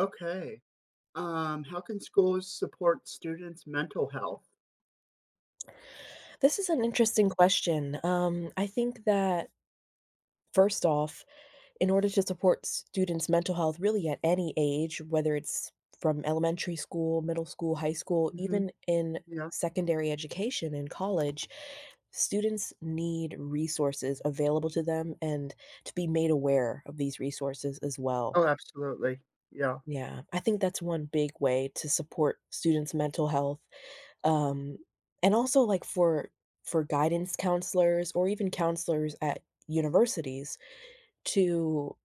Okay. How can schools support students' mental health? This is an interesting question. I think that first off, in order to support students' mental health really at any age, whether it's from elementary school, middle school, high school, Hmm. even in Yeah. secondary education in college, students need resources available to them and to be made aware of these resources as well. Oh, absolutely. Yeah. Yeah, I think that's one big way to support students' mental health um, and also, like, for guidance counselors or even counselors at universities to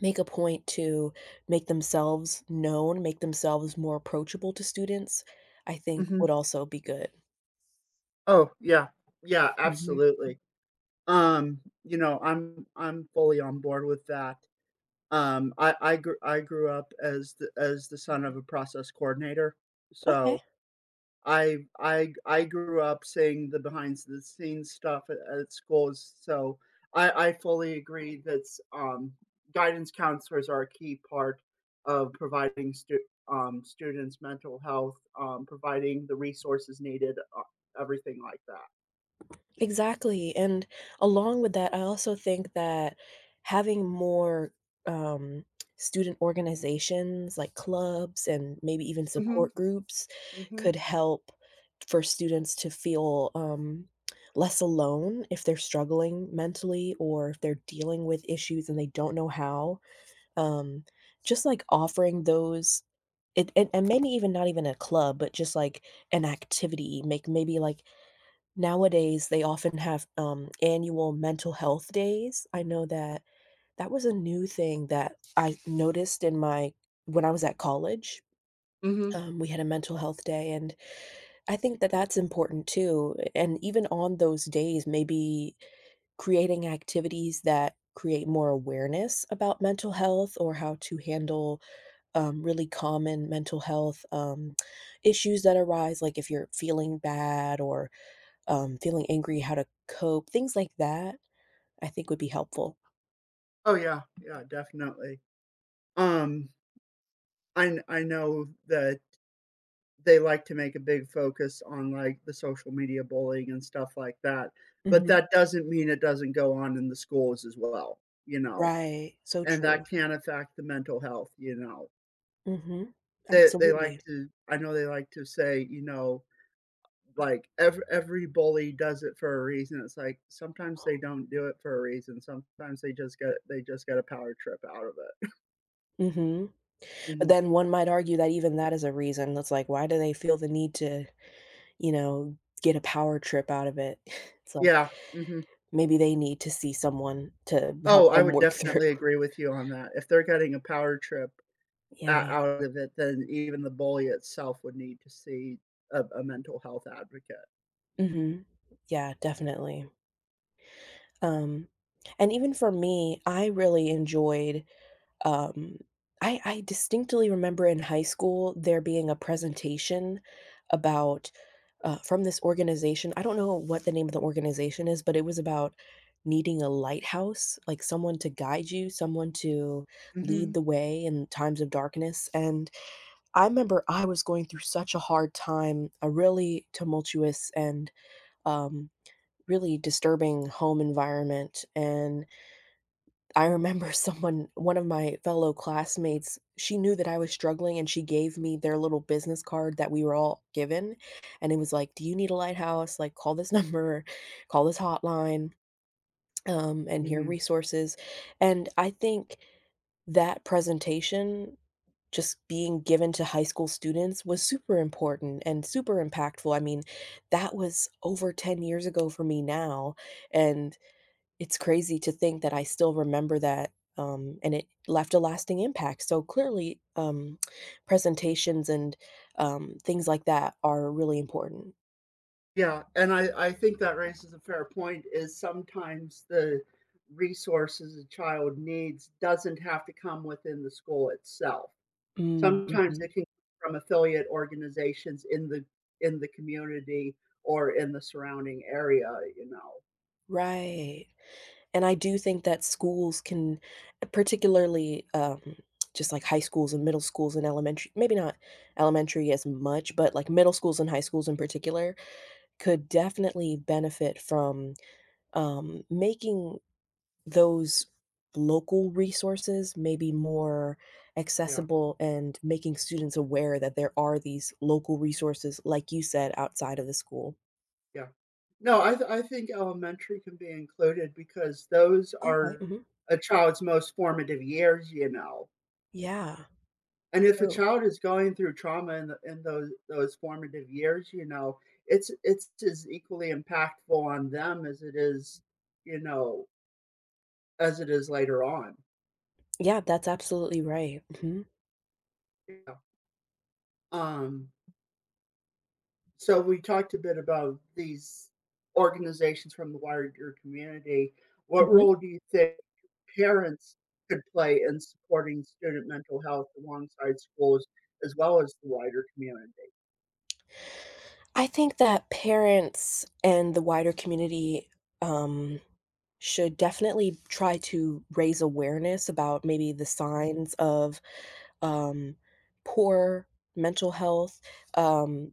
make a point to make themselves known, make themselves more approachable to students, I think would Hmm. also be good. Oh, yeah. Yeah, Mhm. absolutely. I'm fully on board with that. I grew up as the son of a process coordinator, Okay. so I grew up seeing the behind the scenes stuff at schools, so I fully agree that um, guidance counselors are a key part of providing students mental health, providing the resources needed, everything like that. Exactly, and along with that, I also think that having more, um, student organizations, like clubs and maybe even Mhm. support groups Mhm. could help for students to feel, less alone if they're struggling mentally or if they're dealing with issues and they don't know how. Um, just, like, offering those it and maybe even not even a club, but just, like, an activity, make maybe, like, Nowadays, they often have, annual mental health days. I know that that was a new thing that I noticed in my When I was at college, Mhm. We had a mental health day, and I think that that's important too, and even on those days, maybe creating activities that create more awareness about mental health or how to handle, really common mental health, issues that arise, like if you're feeling bad or feeling angry, how to cope, things like that, I think would be helpful. Oh yeah. Yeah, definitely. Um I know that they like to make a big focus on, like, the social media bullying and stuff like that, but Mhm. that doesn't mean it doesn't go on in the schools as well, you know, Right, so and that true. can affect the mental health, you know. Mhm. They like Absolutely. to I know they like to say, you know, like, every bully does it for a reason." It's like, sometimes they don't do it for a reason, sometimes they just get a power trip out of it. Mhm. But Mhm. then one might argue that even that is a reason. That's like, why do they feel the need to, you know, get a power trip out of it? It's like, Yeah, mhm. maybe they need to see someone to help Oh, I them would work through. definitely agree with you on that. If they're getting a power trip o Yeah. out of it then even the bully itself would need to see a mental health advocate. Mhm. Yeah, definitely. Um, and even for me, I really enjoyed Um, I distinctly remember in high school there being a presentation about, from this organization. I don't know what the name of the organization is, but it was about needing a lighthouse, like someone to guide you, someone to lead Mhm, the way in times of darkness. And I remember I was going through such a hard time, a really tumultuous and, um, really disturbing home environment. And I remember someone one of my fellow classmates, she knew that I was struggling and she gave me their little business card that we were all given, and it was like, "Do you need a lighthouse? Like, call this number, call this hotline, and here are mhm. resources." And I think that presentation just being given to high school students was super important and super impactful. I mean, that was over 10 years ago for me now, and it's crazy to think that I still remember that, and it left a lasting impact. So clearly, presentations and, things like that are really important. Yeah, and I think that raises a fair point is sometimes the resources a child needs doesn't have to come within the school itself. Mm, Sometimes mhm. it can come from affiliate organizations in the community or in the surrounding area, you know? Right, and I do think that schools can particularly, just like high schools and middle schools and elementary maybe not elementary as much, but like middle schools and high schools in particular could definitely benefit from, making those local resources may be more Yeah. accessible and making students aware that there are these local resources, like you said, outside of the school. Yeah. No, I think elementary can be included because those Okay. are Mhm. a child's most formative years, you know, Yeah, and if a true. child is going through trauma in the in those formative years, you know, it's as equally impactful on them as it is, you know, as it is later on. Yeah, that's absolutely right. Mhm. Yeah. Um, so we talked a bit about these organizations from the wider community. What Mhm. role do you think parents could play in supporting student mental health alongside schools as well as the wider community? I think that parents and the wider community, um, should definitely try to raise awareness about maybe the Mhm. signs of, um, poor mental health, um,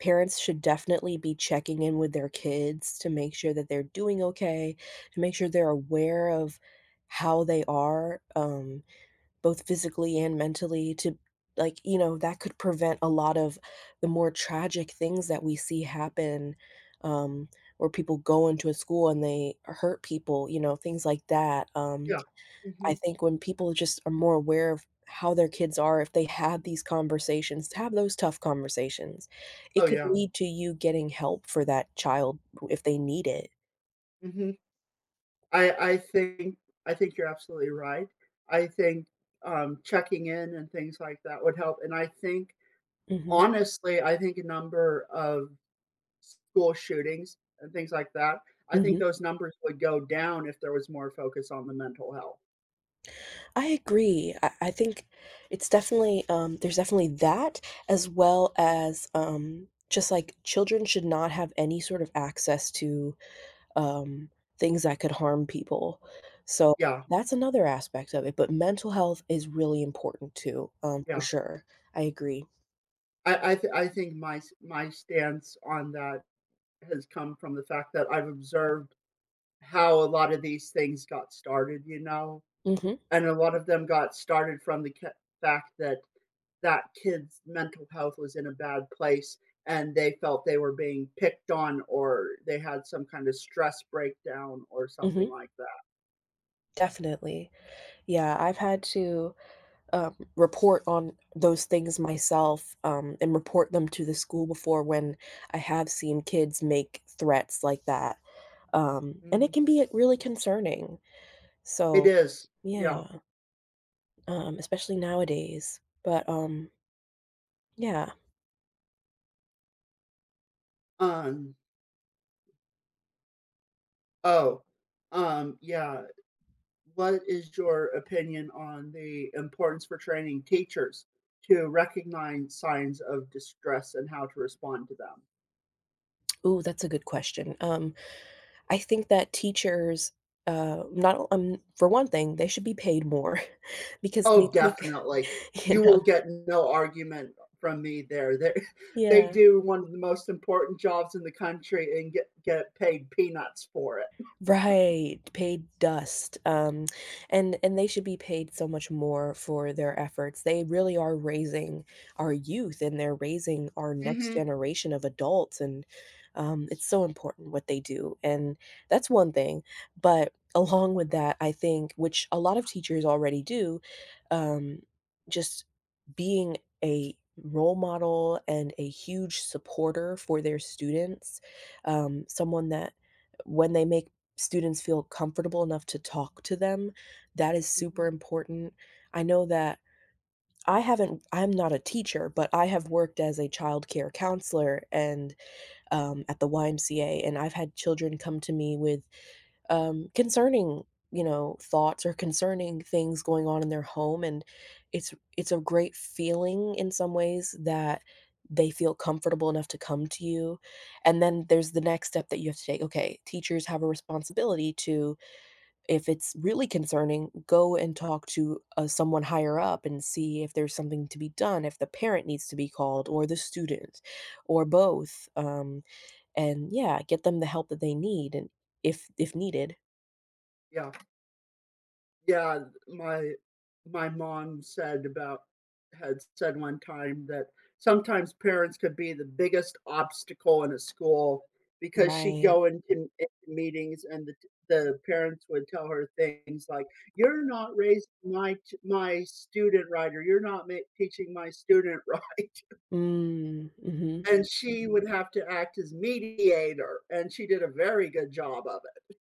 Parents should definitely be checking in with their kids to make sure that they're doing okay, to make sure they're aware of how they are, both physically and mentally to like, you know, that could prevent a lot of the more tragic things that we see happen, um, where people go into a school and they hurt people, you know, things like that. Yeah. I Mhm. think when people just are more aware of how their kids are, if they had these conversations, to have those tough conversations, it Oh could yeah. lead to you getting help for that child if they need it. Mhm. I I think I think you're absolutely right. I think checking in and things like that would help. And I think Mhm. honestly, I think a number of school shootings and things like that. I think Mhm. those numbers would go down if there was more focus on the mental health. I agree. I think it's definitely there's definitely that as well as just like children should not have any sort of access to um, things that could harm people. So Yeah, that's another aspect of it, but mental health is really important too, for yeah. sure. I agree. I think my stance on that has come from the fact that I've observed how a lot of these things got started, you know, Mhm, and a lot of them got started from fact that that kid's mental health was in a bad place and they felt they were being picked on or they had some kind of stress breakdown or something mhm, like that. definitely. Yeah, I've had to report on those things myself and report them to the school before when I have seen kids make threats like that. And it Mhm. can be really concerning. It So, is, yeah, yeah, especially nowadays. But yeah. um oh, yeah, what is your opinion on the importance for training teachers to recognize signs of distress and how to respond to them? Ooh, that's a good question. I think that teachers, not for one thing, they should be paid more because they Oh, take, definitely. you You will know, get no argument from me there. They they yeah. do one of the most important jobs in the country and get paid peanuts for it. Right, paid dust, and they should be paid so much more for their efforts. They really are raising our youth, and they're raising our next Mhm, generation of adults, and it's so important what they do, and that's one thing. But along with that, I think, which a lot of teachers already do, um, just being a role model and a huge supporter for their students, someone that when they make students feel comfortable enough to talk to them. That is mhm, super important. I know that I'm not a teacher, but I have worked as a child care counselor and, at the YMCA, and I've had children come to me with, concerning, you know, thoughts or concerning things going on in their home, and it's a great feeling in some ways that they feel comfortable enough to come to you. And then there's the next step that you have to take, okay, teachers have a responsibility to if it's really concerning, go and talk to, someone higher up and see if there's something to be done, if the parent needs to be called or the student or both, and yeah, get them the help that they need and if needed. yeah. Yeah, my my mom said about had said one time that sometimes parents could be the biggest obstacle in a school because she'd Right. go into meetings and the parents would tell her things like, "You're not raising my student right," or, "You're not ma teaching my student right." Mm, mhm. And she would have to act as mediator, and she did a very good job of it.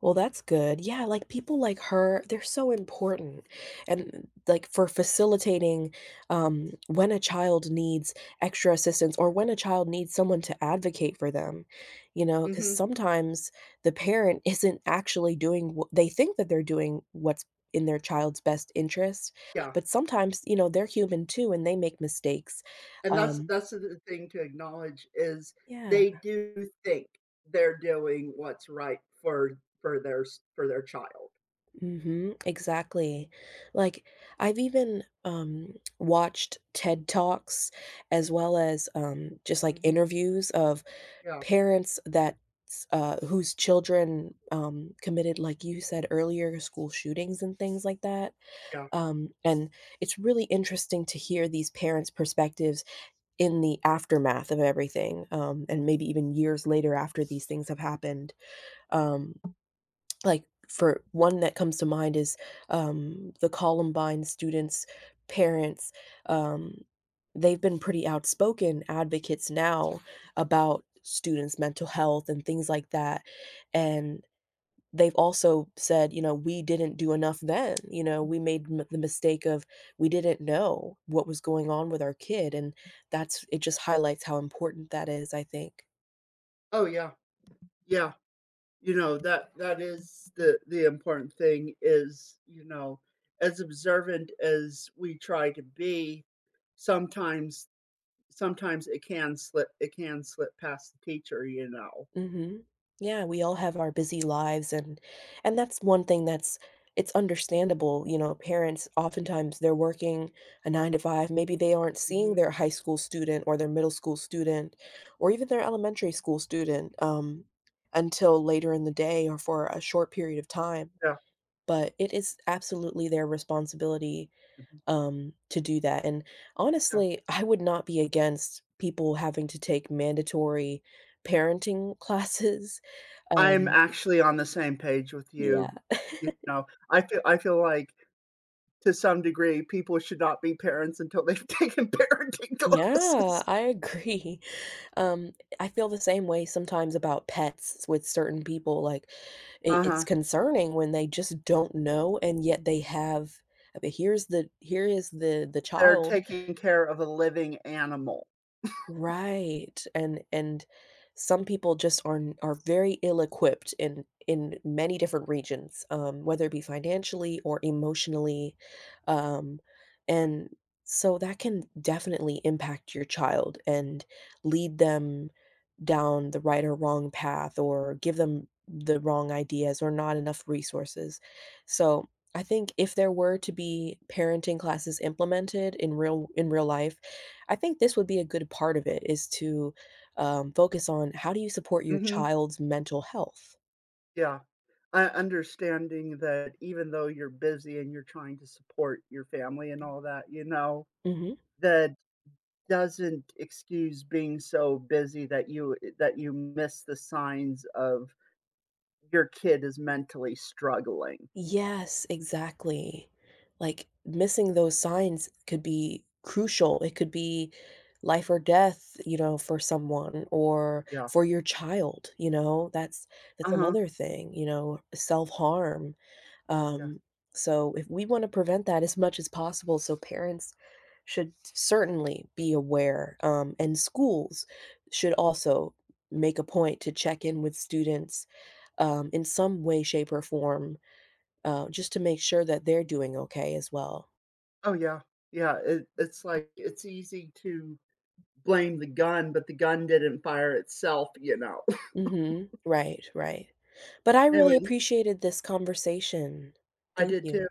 Well, that's good. Yeah, like, people like her, they're so important, and, like, for facilitating, when a child needs extra assistance or when a child needs someone to advocate for them, you know, because Mhm. sometimes the parent isn't actually doing wh they think that they're doing what's in their child's best interest, Yeah. but sometimes, you know, they're human too, and they make mistakes. And that's Um that's the thing to acknowledge is Yeah. they do think they're doing what's right for their s for their child. Mhm, exactly. Like I've even watched TED Talks as well as just like Mhm. interviews of Yeah, parents that whose children committed like you said earlier school shootings and things like that. yeah. And it's really interesting to hear these parents' perspectives in the aftermath of everything and maybe even years later after these things have happened. Um like, for one that comes to mind is, the Columbine students' parents, um, they've been pretty outspoken advocates now about students' mental health and things like that, and they've also said, you know, "We didn't do enough then," you know, "We made m the mistake of we didn't know what was going on with our kid," and that's it just highlights how important that is, I think. Oh, yeah, yeah. You know, that is the important thing is, you know, as observant as we try to be, sometimes sometimes it can slip past the teacher, you know. Mhm. Yeah, we all have our busy lives and that's one thing that's it's understandable, you know, parents oftentimes they're working a 9 to 5, maybe they aren't seeing Mhm. their high school student or their middle school student or even their elementary school student until later in the day or for a short period of time, Yeah, but it is absolutely their responsibility mhm, to do that. And yeah. honestly, I would not be against people having to take mandatory parenting classes. I'm Um, actually on the same page with yeah, you, you know, I feel like to some degree, people should not be parents until they've taken parenting yeah, classes. I agree. Um, I feel the same way sometimes about pets with certain people. Like, it's Uh-huh. concerning when they just don't know, and yet they have. Okay, here is the They're child taking care of a living animal. Right, and some people just are very ill-equipped in many different regions, whether it be financially or emotionally, um, and so that can definitely impact your child and lead them down the right or wrong path or give them the wrong ideas or not enough resources. So, I think if there were to be parenting classes implemented in real life, I think this would be a good part of it is to focus on how do you support your Mhm, child's mental health. yeah. I understanding that even though you're busy and you're trying to support your family and all that, you know, Mhm. that doesn't excuse being so busy that that you miss the signs of your kid is mentally struggling. Yes, exactly. Like, missing those signs could be crucial. It could be life or death, you know, for someone or Yeah. for your child, you know? That's Uh-huh. another thing, you know, self-harm. Yeah. Um, so if we wanna prevent that as much as possible, so parents should certainly be aware, and schools should also make a point to check in with students, in some way, shape, or form just to make sure that they're doing okay as well. Oh, yeah. Yeah, it it's like it's easy to blame the gun, but the gun didn't fire itself, you know. Mhm. Right, right. But I really Anyway, appreciated this conversation. I Thank did too. you.